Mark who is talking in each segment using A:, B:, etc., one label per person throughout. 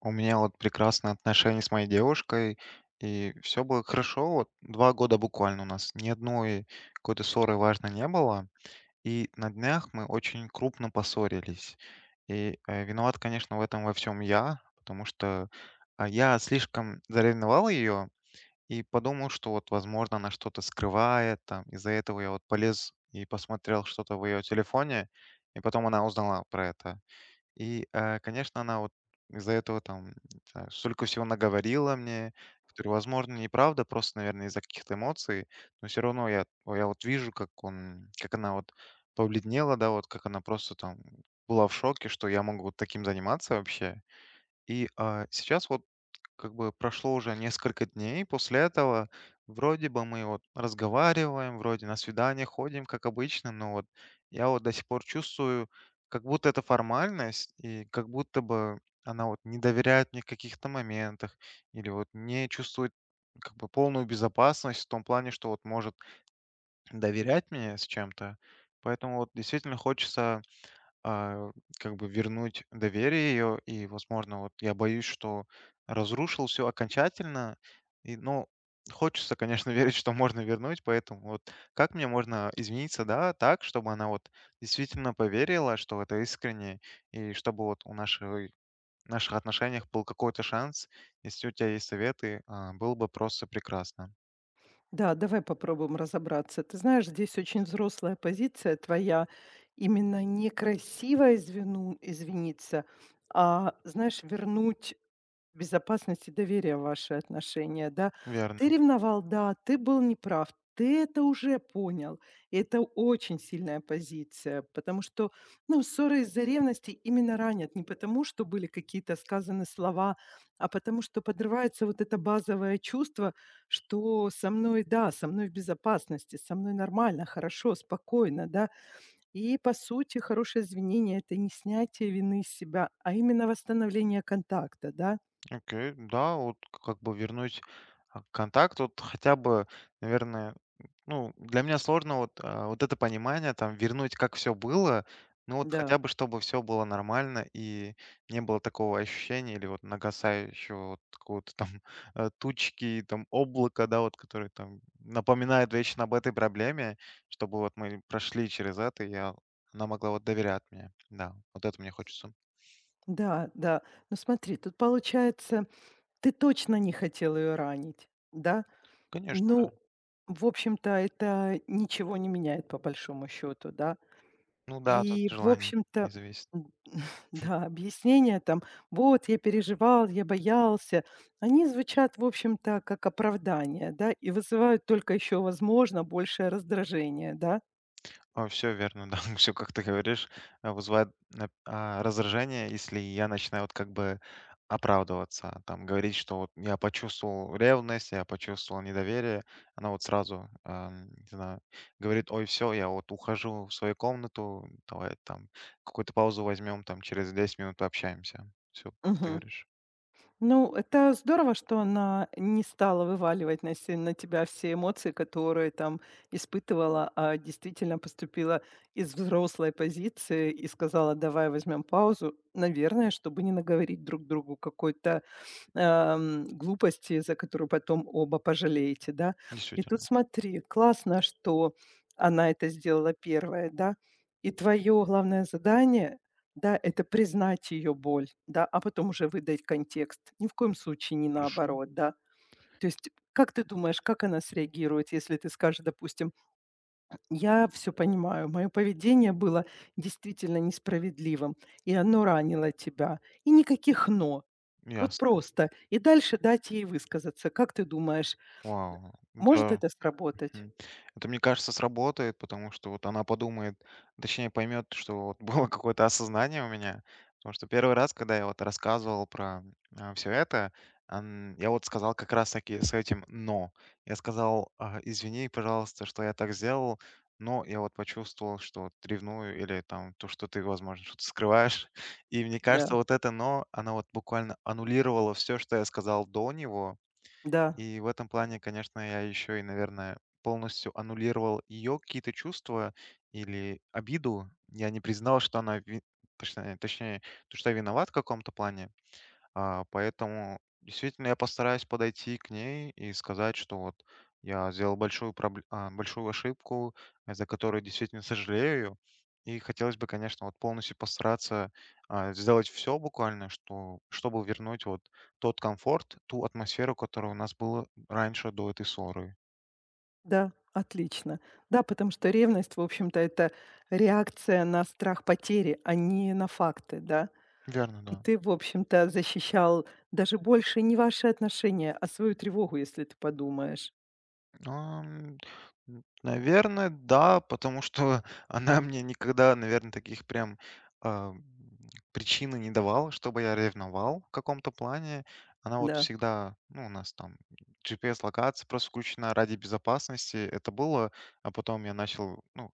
A: У меня вот прекрасные отношения с моей девушкой, и все было хорошо. Вот 2 года буквально у нас ни одной какой-то ссоры важной не было. И на днях мы очень крупно поссорились. И виноват, конечно, в этом во всем я, потому что я слишком заревновал ее и подумал, что вот, возможно, она что-то скрывает. Там. Из-за этого я вот полез и посмотрел что-то в ее телефоне, и потом она узнала про это. И, конечно, она вот из-за этого там, не знаю, столько всего наговорила мне, которое, возможно, неправда, просто, наверное, из-за каких-то эмоций. Но все равно я вот вижу, как она вот побледнела, да, вот как она просто там была в шоке, что я могу вот таким заниматься вообще. И, сейчас вот как бы прошло уже несколько дней после этого. Вроде бы мы вот разговариваем, вроде на свидание ходим, как обычно, но вот я вот до сих пор чувствую, как будто это формальность, и как будто бы она вот не доверяет мне в каких-то моментах, или вот не чувствует как бы полную безопасность в том плане, что вот может доверять мне с чем-то. Поэтому вот действительно хочется а, как бы вернуть доверие ее, и, возможно, вот я боюсь, что разрушил все окончательно, и, ну, хочется, конечно, верить, что можно вернуть, поэтому вот как мне можно измениться, да, так, чтобы она вот действительно поверила, что это искренне, и чтобы вот у нашей наших отношениях был какой-то шанс, если у тебя есть советы, было бы просто прекрасно.
B: Да, давай попробуем разобраться. Ты знаешь, здесь очень взрослая позиция твоя. Именно не извиниться, а, знаешь, вернуть безопасности доверия в ваши отношения, да. Ты
A: Верно.
B: ревновал, да, ты был неправ, ты это уже понял. И это очень сильная позиция, потому что, ну, ссоры из-за ревности именно ранят не потому, что были какие-то сказаны слова, а потому что подрывается вот это базовое чувство, что со мной, да, со мной в безопасности, со мной нормально, хорошо, спокойно, да. И, по сути, хорошее извинение– это не снятие вины с себя, а именно восстановление контакта, да.
A: Окей, да, вот как бы вернуть контакт, вот хотя бы, наверное, ну, для меня сложно вот, вот это понимание, там, вернуть, как все было, ну, вот
B: Да.
A: хотя бы, чтобы все было нормально и не было такого ощущения или вот нагасающего вот какого-то там тучки, там, облака, да, вот, который там напоминает вечно об этой проблеме, чтобы вот мы прошли через это, и я, она могла вот доверять мне, да, вот это мне хочется.
B: Да, да. Ну смотри, тут получается, ты точно не хотел ее ранить, да?
A: Конечно, да.
B: Ну, в общем-то, это ничего не меняет по большому счету, да?
A: Ну да, тут
B: И, в
A: желание
B: общем-то,
A: не зависит.
B: м, да, объяснения там, вот я переживал, я боялся, они звучат, в общем-то, как оправдание, да, и вызывают только еще, возможно, большее раздражение, да?
A: Все верно, да, все как ты говоришь, вызывает раздражение, если я начинаю вот как бы оправдываться, там говорить, что вот я почувствовал ревность, я почувствовал недоверие. Она вот сразу, не знаю, говорит: "Ой, все, я вот ухожу в свою комнату, давай там какую-то паузу возьмем, там через 10 минут пообщаемся". Все, как ты
B: Мгм.
A: говоришь.
B: Ну, это здорово, что она не стала вываливать на, се- на тебя все эмоции, которые там испытывала, а действительно поступила из взрослой позиции и сказала, давай возьмем паузу, наверное, чтобы не наговорить друг другу какой-то глупости, за которую потом оба пожалеете, да. И тут
A: Действительно.
B: смотри, классно, что она это сделала первая, да. И твое главное задание, да, это признать ее боль, да, а потом уже выдать контекст. Ни в коем случае не
A: Хорошо,
B: наоборот, да. То есть, как ты думаешь, как она среагирует, если ты скажешь, допустим, я все понимаю, мое поведение было действительно несправедливым, и оно ранило тебя, и никаких но. Вот
A: ясно.
B: просто. И дальше дать ей высказаться. Как ты думаешь,
A: Вау,
B: может
A: да.
B: это сработать?
A: Мгм. Это, мне кажется, сработает, потому что вот она подумает, точнее поймет, что вот было какое-то осознание у меня. Потому что первый раз, когда я вот рассказывал про все это, я вот сказал как раз-таки с этим «но». Я сказал: «А, извини, пожалуйста, что я так сделал, но я вот почувствовал, что вот ревную или там то, что ты, возможно, что-то скрываешь». И мне кажется,
B: Да,
A: вот это «но» она вот буквально аннулировала все, что я сказал до него,
B: да,
A: и в этом плане, конечно, я еще и, наверное, полностью аннулировал ее какие-то чувства или обиду. Я не признал, что она, ви- точнее, точнее, то, что я виноват в каком-то плане. Поэтому действительно я постараюсь подойти к ней и сказать, что вот я сделал большую ошибку, за которую действительно сожалею. И хотелось бы, конечно, вот полностью постараться сделать все буквально, чтобы вернуть вот тот комфорт, ту атмосферу, которая у нас была раньше до этой ссоры.
B: да, отлично. Да, потому что ревность, в общем-то, это реакция на страх потери, а не на факты, да.
A: Верно,
B: И
A: да.
B: ты, в общем-то, защищал даже больше не ваши отношения, а свою тревогу, если ты подумаешь.
A: Ам, н наверное, да, потому что она мне никогда, наверное, таких прям, ам, причины не давала, чтобы я ревновал в каком-то плане. Она вот
B: Да,
A: всегда ну, у нас там GPS-локация просто включена ради безопасности. Это было, а потом я начал, ну,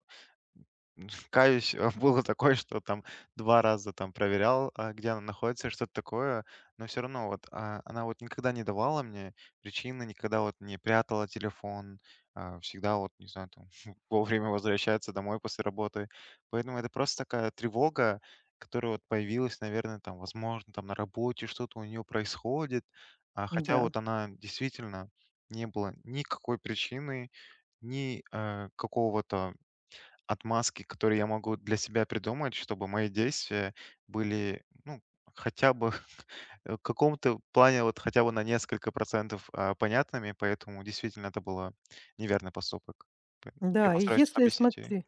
A: каюсь, было такое, что там 2 раза там проверял, где она находится, что-то такое, но все равно вот, она вот никогда не давала мне причины, никогда вот не прятала телефон, всегда вот, не знаю, там вовремя возвращается домой после работы. Поэтому это просто такая тревога, которая вот появилась, наверное, там, возможно, там на работе что-то у нее происходит. Хотя
B: да,
A: вот она действительно не было никакой причины, ни, какого-то отмазки, которые я могу для себя придумать, чтобы мои действия были, ну, хотя бы в каком-то плане вот хотя бы на несколько процентов, понятными, поэтому действительно это было неверный поступок. П Я
B: да. И
A: постараюсь это
B: если,
A: объяснить ей.
B: смотри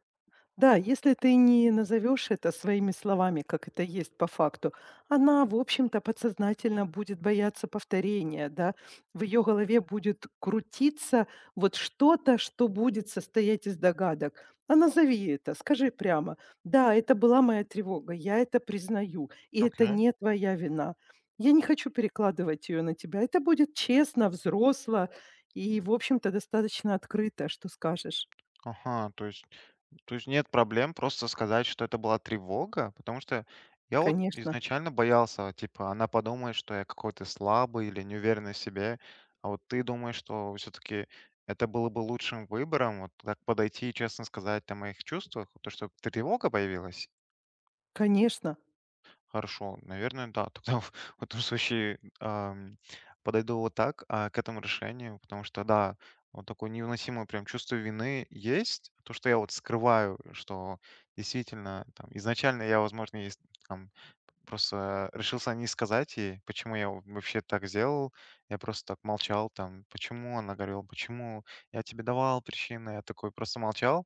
B: Да, если ты не назовешь это своими словами, как это есть по факту, она, в общем-то, подсознательно будет бояться повторения, да. В ее голове будет крутиться вот что-то, что будет состоять из догадок. А назови это, скажи прямо: "Да, это была моя тревога, я это признаю, и это
A: Окей.
B: не твоя вина. Я не хочу перекладывать ее на тебя". Это будет честно, взросло и, в общем-то, достаточно открыто, что скажешь:
A: Ага, то есть нет проблем просто сказать, что это была тревога, потому что я вот
B: "Конечно,
A: изначально боялся, вот, типа, она подумает, что я какой-то слабый или неуверенный в себе, а вот ты думаешь, что все-таки это было бы лучшим выбором, вот так подойти и честно сказать о моих чувствах, то, что тревога появилась.
B: конечно".
A: Хорошо, наверное, да. Тогда в этом случае подойду вот так к этому решению, потому что, да, вот такое невыносимое прям чувство вины есть. То, что я вот скрываю, что действительно там изначально я, возможно, там, просто решился не сказать ей, почему я вот вообще так сделал. Я просто так молчал там, почему она говорила, почему я тебе давал причины, я такой просто молчал.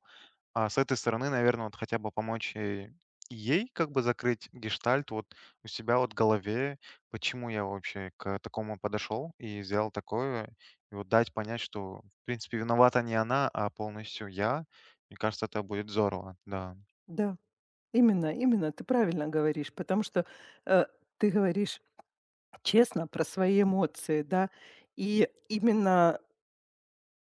A: А с этой стороны, наверное, вот хотя бы помочь и ей как бы закрыть гештальт вот у себя вот в голове, почему я вообще к такому подошел и сделал такое, и вот дать понять, что, в принципе, виновата не она, а полностью я. Мне кажется, это будет здорово, да.
B: Да, именно, именно, ты правильно говоришь, потому что, э, ты говоришь честно про свои эмоции, да. И именно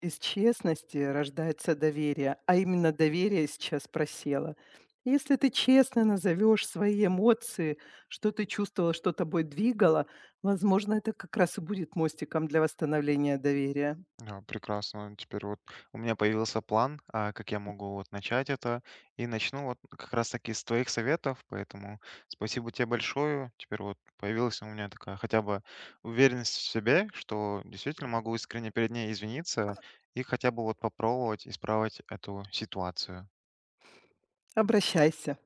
B: из честности рождается доверие, а именно доверие сейчас просело. Если ты честно назовешь свои эмоции, что ты чувствовала, что тобой двигало, возможно, это как раз и будет мостиком для восстановления доверия.
A: Да, прекрасно. Теперь вот у меня появился план, как я могу вот начать это. И начну вот как раз-таки с твоих советов, поэтому спасибо тебе большое. Теперь вот появилась у меня такая хотя бы уверенность в себе, что действительно могу искренне перед ней извиниться и хотя бы вот попробовать исправить эту ситуацию.
B: Обращайся.